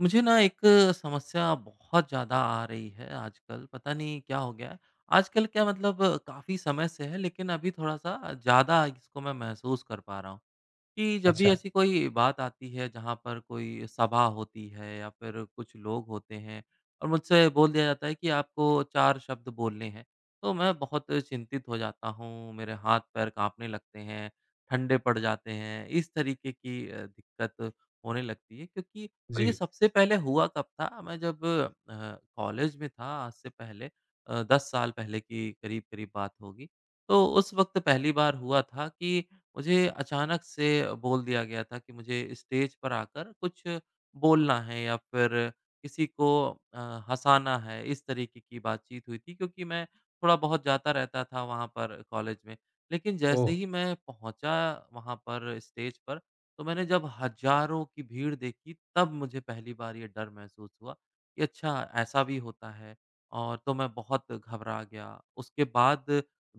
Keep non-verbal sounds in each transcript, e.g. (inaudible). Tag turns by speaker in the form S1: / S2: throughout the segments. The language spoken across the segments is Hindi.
S1: मुझे ना एक समस्या बहुत ज़्यादा आ रही है आजकल, पता नहीं क्या हो गया है। आजकल क्या मतलब काफ़ी समय से है, लेकिन अभी थोड़ा-सा ज़्यादा इसको मैं महसूस कर पा रहा हूँ। कि जब भी
S2: अच्छा,
S1: ऐसी कोई बात आती है जहाँ पर कोई सभा होती है या फिर कुछ लोग होते हैं और मुझसे बोल दिया जाता है कि आपको 4 शब्द बोलने हैं, तो मैं बहुत चिंतित हो जाता हूँ, मेरे हाथ-पैर काँपने लगते हैं, ठंडे पड़ जाते हैं, इस तरीके की दिक्कत होने लगती है क्योंकि और
S2: जी।
S1: ये सबसे पहले हुआ कब था, मैं जब कॉलेज में था आज से पहले 10 साल पहले की करीब-करीब बात होगी। तो उस वक़्त पहली बार हुआ था कि मुझे अचानक से बोल दिया गया था कि मुझे स्टेज पर आकर कुछ बोलना है या फिर किसी को अ, हँसाना है, इस तरीके की बातचीत हुई थी क्योंकि मैं थोड़ा-बहुत जाता रहता था वहाँ पर कॉलेज में। लेकिन जैसे
S2: ओह!
S1: ही मैं पहुँचा वहाँ पर स्टेज पर, तो मैंने जब हज़ारों की भीड़ देखी तब मुझे पहली बार ये डर महसूस हुआ कि अच्छा ऐसा भी होता है और तो मैं बहुत घबरा गया। उसके बाद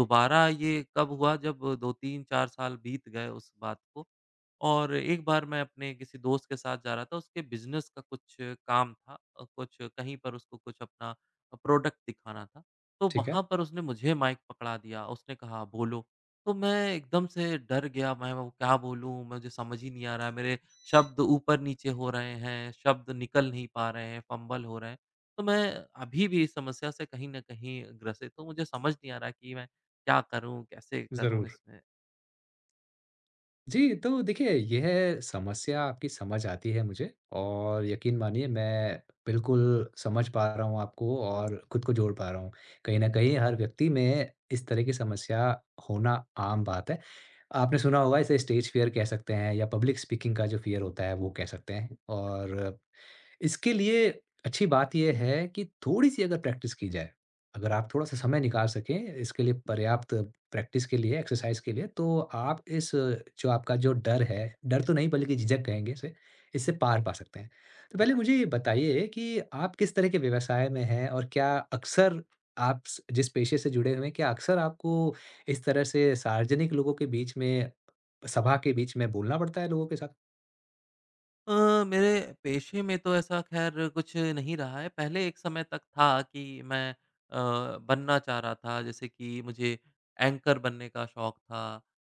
S1: दोबारा ये कब हुआ जब 2-3-4 साल बीत गए उस बात को, और एक बार मैं अपने किसी दोस्त के साथ जा रहा था, उसके बिज़नेस का कुछ काम था कुछ कहीं पर उसको कुछ अपना प्रोडक्ट दिखाना था, तो
S2: ठीक है,
S1: वहाँ पर उसने मुझे माइक पकड़ा दिया, उसने कहा, "बोलो।" तो मैं एकदम से डर गया, मैं वो क्या बोलूँ? मुझे समझ ही नहीं आ रहा है, मेरे शब्द ऊपर-नीचे हो रहे हैं, शब्द निकल नहीं पा रहे हैं, फंबल हो रहे हैं। तो मैं अभी भी इस समस्या से कहीं न कहीं ग्रसित हूँ, मुझे समझ नहीं आ रहा कि मैं क्या करूँ? कैसे करूँ
S2: ज़रूर।
S1: इसमें?
S2: जी, तो देखिए, यह समस्या आपकी समझ आती है मुझे और यकीन मानिए, मैं बिल्कुल समझ पा रहा हूँ आपको और खुद को जोड़ पा रहा हूँ। कहीं न कहीं हर व्यक्ति में इस तरह की समस्या होना आम बात है। आपने सुना होगा, इसे स्टेज फ़ियर कह सकते हैं या पब्लिक स्पीकिंग का जो फ़ियर होता है, वो कह सकते हैं।
S1: अच्छा,
S2: और इसके लिए अच्छी बात ये है कि थोड़ी-सी अगर प्रैक्टिस की जाए, अगर आप थोड़ा-सा समय निकाल सकें इसके लिए, पर्याप्त प्रैक्टिस के लिए, एक्सरसाइज़ के लिए, तो आप इस जो आपका जो डर है, डर तो नहीं बल्कि झिझक कहेंगे इसे, इससे पार पा सकते हैं। तो पहले
S1: अच्छा।
S2: मुझे ये बताइए कि आप किस तरह के व्यवसाय में हैं और क्या अक्सर आप स जिस पेशे से जुड़े हुए हैं, क्या अक्सर आपको इस तरह से सार्वजनिक लोगों के बीच में, सभा के बीच में बोलना पड़ता है लोगों के साथ?
S1: मेरे पेशे में तो ऐसा ख़ैर कुछ नहीं रहा है। पहले एक समय तक था कि मैं अ, बनना चाह रहा था, जैसे कि मुझे एंकर बनने का शौक था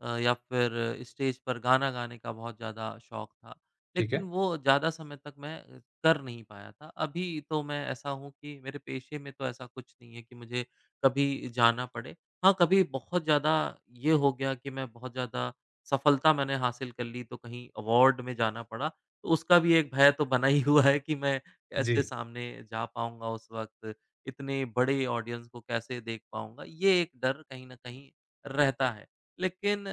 S1: या फिर स्टेज पर गाना गाने का बहुत ज़्यादा शौक था।
S2: ठीक
S1: लेकिन
S2: है।
S1: वो ज़्यादा समय तक मैं कर नहीं पाया था। अभी तो मैं ऐसा हूँ कि मेरे पेशे में तो ऐसा कुछ नहीं है कि मुझे कभी जाना पड़े। हाँ, कभी बहुत ज़्यादा ये हो गया कि मैं बहुत ज़्यादा सफलता मैंने हासिल कर ली, तो कहीं अवार्ड में जाना पड़ा। तो उसका भी एक भय तो बना ही हुआ है कि मैं
S2: जी।
S1: कैसे सामने जा पाऊँगा उस वक़्त, इतने बड़े ऑडियंस को कैसे देख पाऊँगा, ये एक डर कहीं न कहीं रहता है। लेकिन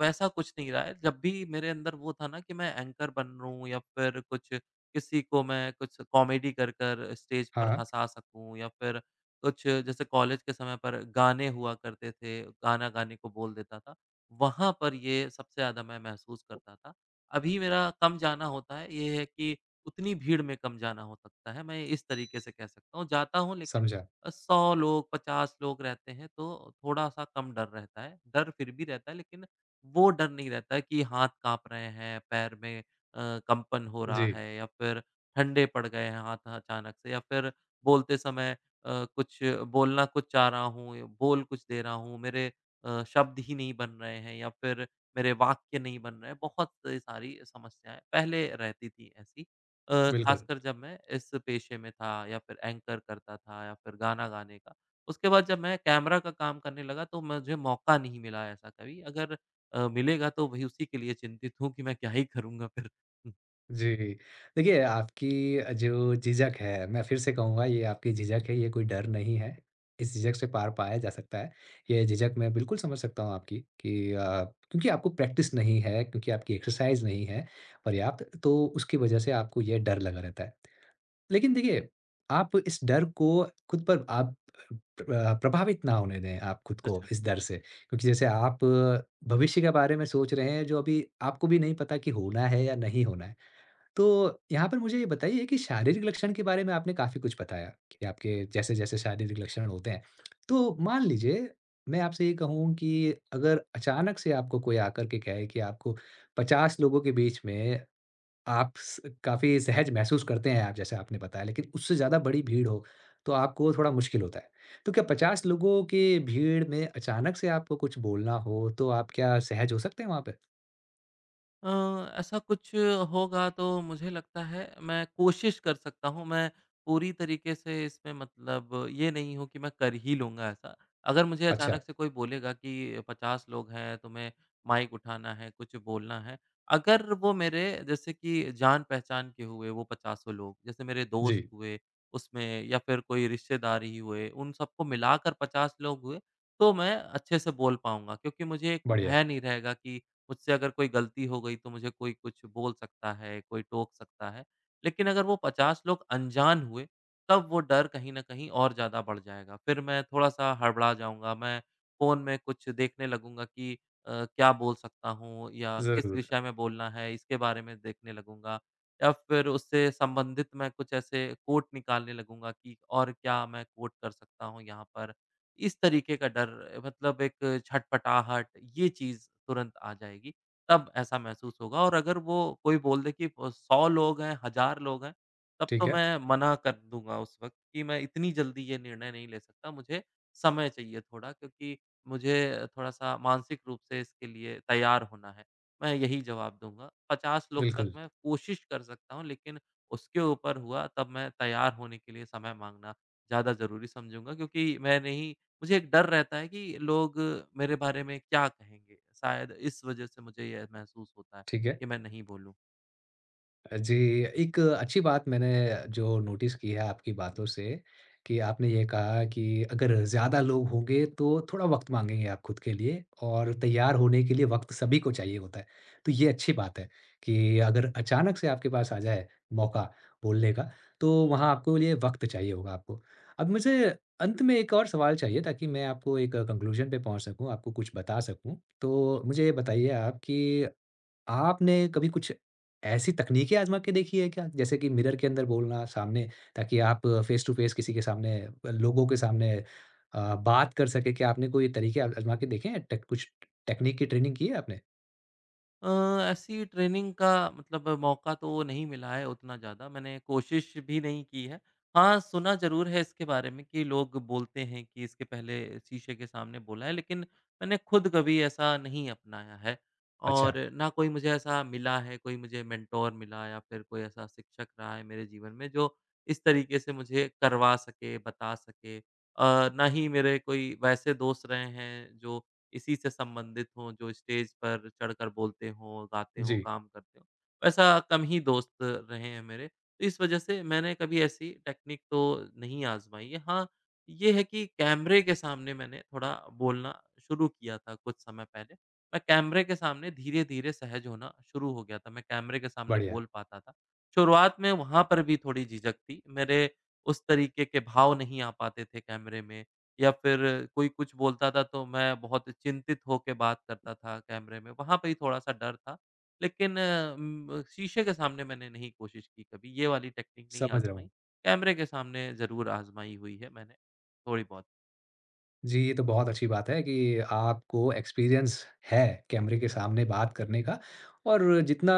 S1: वैसा कुछ नहीं रहा है, जब भी मेरे अंदर वो था ना कि मैं एंकर बन लूँ या फिर कुछ किसी को मैं कुछ कॉमेडी कर कर स्टेज पर
S2: हाँ,
S1: हँसा सकूँ या फिर कुछ जैसे कॉलेज के समय पर गाने हुआ करते थे, गाना गाने को बोल देता था, वहाँ पर ये सबसे ज़्यादा मैं महसूस करता था। अभी मेरा कम जाना होता है, ये है कि उतनी भीड़ में कम जाना हो सकता है, मैं इस तरीके से कह सकता हूँ। जाता हूँ लेकिन
S2: समझा।
S1: 100 लोग, 50 लोग रहते हैं तो थोड़ा-सा कम डर रहता है। डर फिर भी रहता है लेकिन वो डर नहीं रहता है कि हाथ काँप रहे हैं, पैर में कंपन हो रहा
S2: जी।
S1: है या फिर ठंडे पड़ गए हैं हाथ अचानक से या फिर बोलते समय कुछ बोलना कुछ चाह रहा हूँ, बोल कुछ दे रहा हूँ, मेरे शब्द ही नहीं बन रहे हैं या फिर मेरे वाक्य नहीं बन रहे हैं, बहुत सी सारी समस्याएँ पहले रहती थी ऐसी।
S2: बिल्कुल।
S1: ख़ासकर जब मैं इस पेशे में था या फिर एंकर करता था या फिर गाना गाने का। उसके बाद जब मैं कैमरा का काम करने लगा तो मुझे मौका नहीं मिला ऐसा कभी, अगर मिलेगा तो वही उसी के लिए चिंतित हूँ कि मैं क्या ही करूँगा फिर? (laughs)
S2: जी, देखिए, आपकी जो झिझक है, मैं फिर से कहूँगा, ये आपकी झिझक है, ये कोई डर नहीं है। इस झिझक से पार पाया जा सकता है। ये झिझक मैं बिल्कुल समझ सकता हूँ आपकी कि क्योंकि आपको प्रैक्टिस नहीं है, क्योंकि आपकी एक्सरसाइज़ नहीं है पर्याप्त, तो उसकी वजह से आपको ये डर लगा रहता है। लेकिन देखिए, आप इस डर को खुद पर आप प्रभावित ना होने दें, आप खुद को
S1: हुँ।
S2: इस डर से। क्योंकि जैसे आप भविष्य के बारे में सोच रहे हैं, जो अभी आपको भी नहीं पता कि होना है या नहीं होना है। तो यहाँ पर मुझे ये बताइए कि शारीरिक लक्षण के बारे में आपने काफ़ी कुछ बताया कि आपके जैसे-जैसे शारीरिक लक्षण होते हैं। तो मान लीजिए, मैं आपसे ये कहूँ कि अगर अचानक से आपको कोई आकर के कहे कि आपको 50 लोगों के बीच में, आप स काफ़ी सहज महसूस करते हैं आप, जैसे आपने बताया, लेकिन उससे ज़्यादा बड़ी भीड़ हो, तो आपको थोड़ा मुश्किल होता है। तो क्या 50 लोगों के भीड़ में अचानक से आपको कुछ बोलना हो, तो आप क्या सहज हो सकते हैं वहाँ पे?
S1: अ, ऐसा कुछ होगा तो मुझे लगता है मैं कोशिश कर सकता हूँ। मैं पूरी तरीके से इसमें मतलब ये नहीं हूँ कि मैं कर ही लूँगा ऐसा। अगर मुझे
S2: अच्छा,
S1: अचानक से कोई बोलेगा कि 50 लोग हैं, तुम्हें माइक उठाना है, कुछ बोलना है। अगर वो मेरे जैसे कि जान-पहचान के हुए वो पचासों लोग, जैसे मेरे दोस्त
S2: जी,
S1: हुए उसमें या फिर कोई रिश्तेदार ही हुए, उन सबको मिलाकर 50 लोग हुए, तो मैं अच्छे से बोल पाऊँगा। क्योंकि मुझे एक
S2: बढ़िया,
S1: भय नहीं रहेगा कि मुझसे अगर कोई गलती हो गई तो मुझे कोई कुछ बोल सकता है, कोई टोक सकता है। लेकिन अगर वो 50 लोग अनजान हुए, तब वो डर कहीं न कहीं और ज़्यादा बढ़ जाएगा। फिर मैं थोड़ा-सा हड़बड़ा जाऊँगा, मैं फ़ोन में कुछ देखने लगूँगा कि क्या बोल सकता हूँ या किस
S2: ज़रूर।
S1: विषय में बोलना है, इसके बारे में देखने लगूँगा। या फिर उससे संबंधित मैं कुछ ऐसे कोट निकालने लगूँगा कि और क्या मैं कोट कर सकता हूँ यहाँ पर। इस तरीके का डर मतलब एक छटपटाहट ये चीज़ तुरंत आ जाएगी, तब ऐसा महसूस होगा और अगर वो कोई बोल दे कि 100 लोग हैं, 1000 लोग हैं, तब
S2: ठीक
S1: तो
S2: है,
S1: मैं मना कर दूँगा उस वक़्त कि मैं इतनी जल्दी ये निर्णय नहीं ले सकता, मुझे समय चाहिए थोड़ा क्योंकि मुझे थोड़ा-सा मानसिक रूप से इसके लिए तैयार होना है। मैं यही जवाब दूँगा। 50 लोग तक
S2: बिल्कुल।
S1: मैं कोशिश कर सकता हूँ लेकिन उसके ऊपर हुआ तब मैं तैयार होने के लिए समय माँगना ज़्यादा ज़रूरी समझूँगा क्योंकि मैंने ही मुझे एक डर रहता है कि लोग मेरे बारे में क्या कहेंगे? शायद इस वज़ह से मुझे ये महसूस होता है
S2: ठीक है।
S1: कि मैं नहीं बोलूँ।
S2: जी, एक अच्छी बात मैंने जो नोटिस की है आपकी बातों से कि आपने ये कहा कि अगर ज़्यादा लोग होंगे तो थोड़ा वक़्त माँगेंगे आप खुद के लिए, और तैयार होने के लिए वक़्त सभी को चाहिए होता है। तो ये अच्छी बात है कि अगर अचानक से आपके पास आ जाए मौका बोलने का, तो वहाँ आपको लिए वक़्त चाहिए होगा आपको। अब मुझे अंत में एक और सवाल चाहिए, ताकि मैं आपको एक कंक्लूज़न पे पहुँच सकूँ, आपको कुछ बता सकूँ। तो मुझे ये बताइए आप कि आपने कभी कुछ ऐसी तकनीकें आज़मा के देखी है क्या? जैसे कि मिरर के अंदर बोलना, सामने, ताकि आप फेस टू फेस किसी के सामने, लोगों के सामने बात कर सकें, क्या आपने कोई तरीके आज़मा के देखे हैं? टेक कुछ टेक्निक की ट्रेनिंग की है आपने?
S1: अ, ऐसी ट्रेनिंग का मतलब मौका तो नहीं मिला है उतना ज़्यादा, मैंने कोशिश भी नहीं की है। हाँ, सुना ज़रूर है इसके बारे में कि लोग बोलते हैं कि इसके पहले शीशे के सामने बोला है, लेकिन मैंने खुद कभी ऐसा नहीं अपनाया है और
S2: अच्छा,
S1: ना कोई मुझे ऐसा मिला है, कोई मुझे मेंटर मिला या फिर कोई ऐसा शिक्षक रहा है मेरे जीवन में जो इस तरीके से मुझे करवा सके, बता सके। ना ही मेरे कोई वैसे दोस्त रहे हैं जो इसी से संबंधित हों, जो स्टेज पर चढ़कर बोलते हों, गाते हों,
S2: जी,
S1: काम करते हों। वैसा कम ही दोस्त रहे हैं मेरे। तो इस वजह से मैंने कभी ऐसी टेक्निक तो नहीं आज़माई है। हाँ, ये है कि कैमरे के सामने मैंने थोड़ा बोलना शुरू किया था कुछ समय पहले। मैं कैमरे के सामने धीरे-धीरे सहज होना शुरू हो गया था। मैं कैमरे के सामने
S2: बढ़िया,
S1: बोल पाता था। शुरुआत में वहाँ पर भी थोड़ी झिझक थी। मेरे उस तरीके के भाव नहीं आ पाते थे कैमरे में। या फिर कोई कुछ बोलता था तो मैं बहुत चिंतित होके बात करता था कैमरे में, वहाँ पे ही थोड़ा-सा डर था। लेकिन शीशे के सामने मैंने नहीं कोशिश की कभी, ये वाली टेक्निक नहीं
S2: समझ रहा
S1: आज़माई।
S2: हूँ।
S1: कैमरे के सामने ज़रूर आज़माई हुई है मैंने, थोड़ी बहुत।
S2: जी, ये तो बहुत अच्छी बात है कि आपको एक्सपीरियंस है कैमरे के सामने बात करने का। और जितना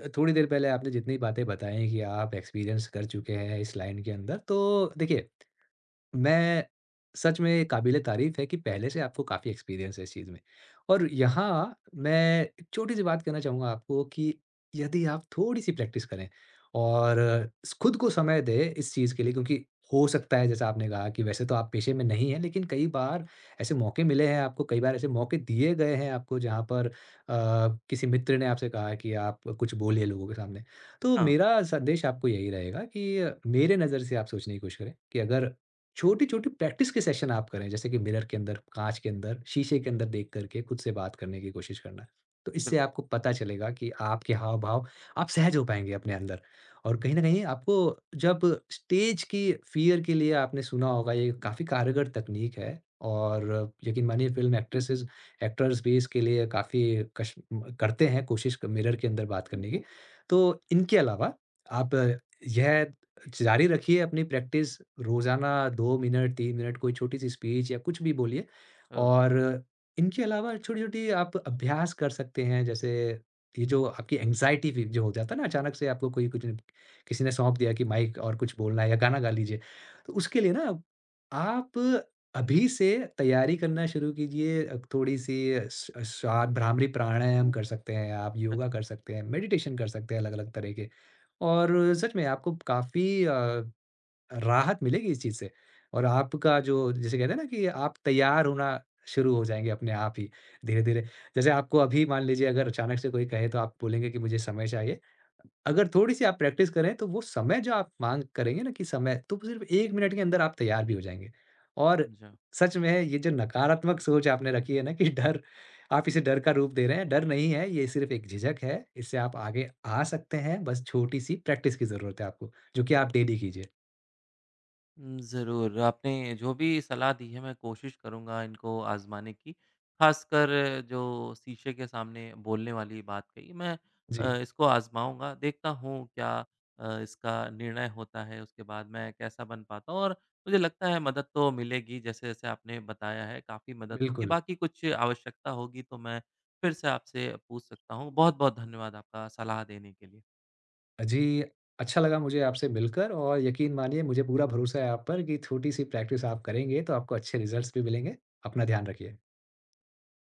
S2: थ थोड़ी देर पहले आपने जितनी बातें बताई कि आप एक्सपीरियंस कर चुके हैं इस लाइन के अंदर, तो देखिए, मैं सच में, काबिल-ए-तारीफ़ है कि पहले से आपको काफ़ी एक्सपीरियंस है इस चीज़ में। और यहाँ मैं छोटी-सी बात कहना चाहूँगा आपको कि यदि आप थोड़ी-सी प्रैक्टिस करें और स खुद को समय दें इस चीज़ के लिए, क्योंकि हो सकता है जैसा आपने कहा कि वैसे तो आप पेशे में नहीं हैं, लेकिन कई बार ऐसे मौके मिले हैं आपको, कई बार ऐसे मौके दिए गए हैं आपको जहाँ पर किसी मित्र ने आपसे कहा कि आप कुछ बोलिए लोगों के सामने। तो
S1: हाँ,
S2: मेरा संदेश आपको यही रहेगा कि मेरे नज़र से आप सोचने की कोशिश करें कि अगर छोटी-छोटी प्रैक्टिस के सेशन आप करें, जैसे कि मिरर के अंदर, काँच के अंदर, शीशे के अंदर देख कर के खुद से बात करने की कोशिश करना। तो इससे
S1: बिल्कुल।
S2: आपको पता चलेगा कि आपके हाव-भाव, आप सहज हो पाएँगे अपने अंदर। और कहीं न कहीं आपको, जब स्टेज की फ़ियर के लिए आपने सुना होगा, ये काफ़ी कारगर तकनीक है। और यकीन मानिए, फ़िल्म एक्ट्रेसेस, एक्टर्स भी इसके लिए काफ़ी कश करते हैं कोशिश, मिरर के अंदर बात करने की। तो इनके अलावा आप यह जारी रखिए अपनी प्रैक्टिस, रोज़ाना 2 मिनट, 3 मिनट कोई छोटी-सी स्पीच या कुछ भी बोलिए।
S1: अ,
S2: और इनके अलावा छोटी-छोटी आप अभ्यास कर सकते हैं। जैसे ये जो आपकी एंग्ज़ायटी भी जो हो जाता है ना, अचानक से आपको कोई कुछ, किसी ने सौंप दिया कि माइक, और कुछ बोलना है या गाना गा लीजिए। तो उसके लिए ना, आप अभी से तैयारी करना शुरू कीजिए। थोड़ी-सी स श्वा भ्रामरी प्राणायाम कर सकते हैं आप, योगा
S1: अच्छा,
S2: कर सकते हैं, मेडिटेशन कर सकते हैं अलग-अलग तरह के। और सच में आपको काफ़ी राहत मिलेगी इस चीज़ से। और आपका जो, जिसे कहते हैं ना, कि आप तैयार होना शुरू हो जाएँगे अपने आप ही, धीरे-धीरे। जैसे आपको अभी मान लीजिए, अगर अचानक से कोई कहे तो आप बोलेंगे कि मुझे समय चाहिए। अगर थोड़ी-सी आप प्रैक्टिस करें, तो वो समय जो आप माँग करेंगे ना, कि समय, तो सिर्फ़ 1 मिनट के अंदर आप तैयार भी हो जाएँगे। और
S1: समझा।
S2: सच में ये जो नकारात्मक सोच आपने रखी है ना कि डर, आप इसे डर का रूप दे रहे हैं, डर नहीं है, ये सिर्फ़ एक झिझक है। इससे आप आगे आ सकते हैं, बस छोटी-सी प्रैक्टिस की ज़रूरत है आपको, जो कि आप डेली कीजिए।
S1: हुँ, ज़रूर। आपने जो भी सलाह दी है मैं कोशिश करूँगा इनको आज़माने की। ख़ासकर जो शीशे के सामने बोलने वाली बात कही मैं
S2: जी।
S1: इसको आज़माऊँगा। देखता हूँ क्या इसका निर्णय होता है उसके बाद मैं कैसा बन पाता हूँ और मुझे लगता है मदद तो मिलेगी जैसे-जैसे आपने बताया है काफ़ी मदद होगी।
S2: बिल्कुल।
S1: बाकी कुछ आवश्यकता होगी तो मैं फिर से आपसे पूछ सकता हूँ। बहुत-बहुत धन्यवाद आपका सलाह देने के लिए।
S2: जी, अच्छा लगा मुझे आपसे मिलकर। और यकीन मानिए, मुझे पूरा भरोसा है आप पर कि छोटी-सी प्रैक्टिस आप करेंगे तो आपको अच्छे रिज़ल्ट्स भी मिलेंगे। अपना ध्यान रखिए।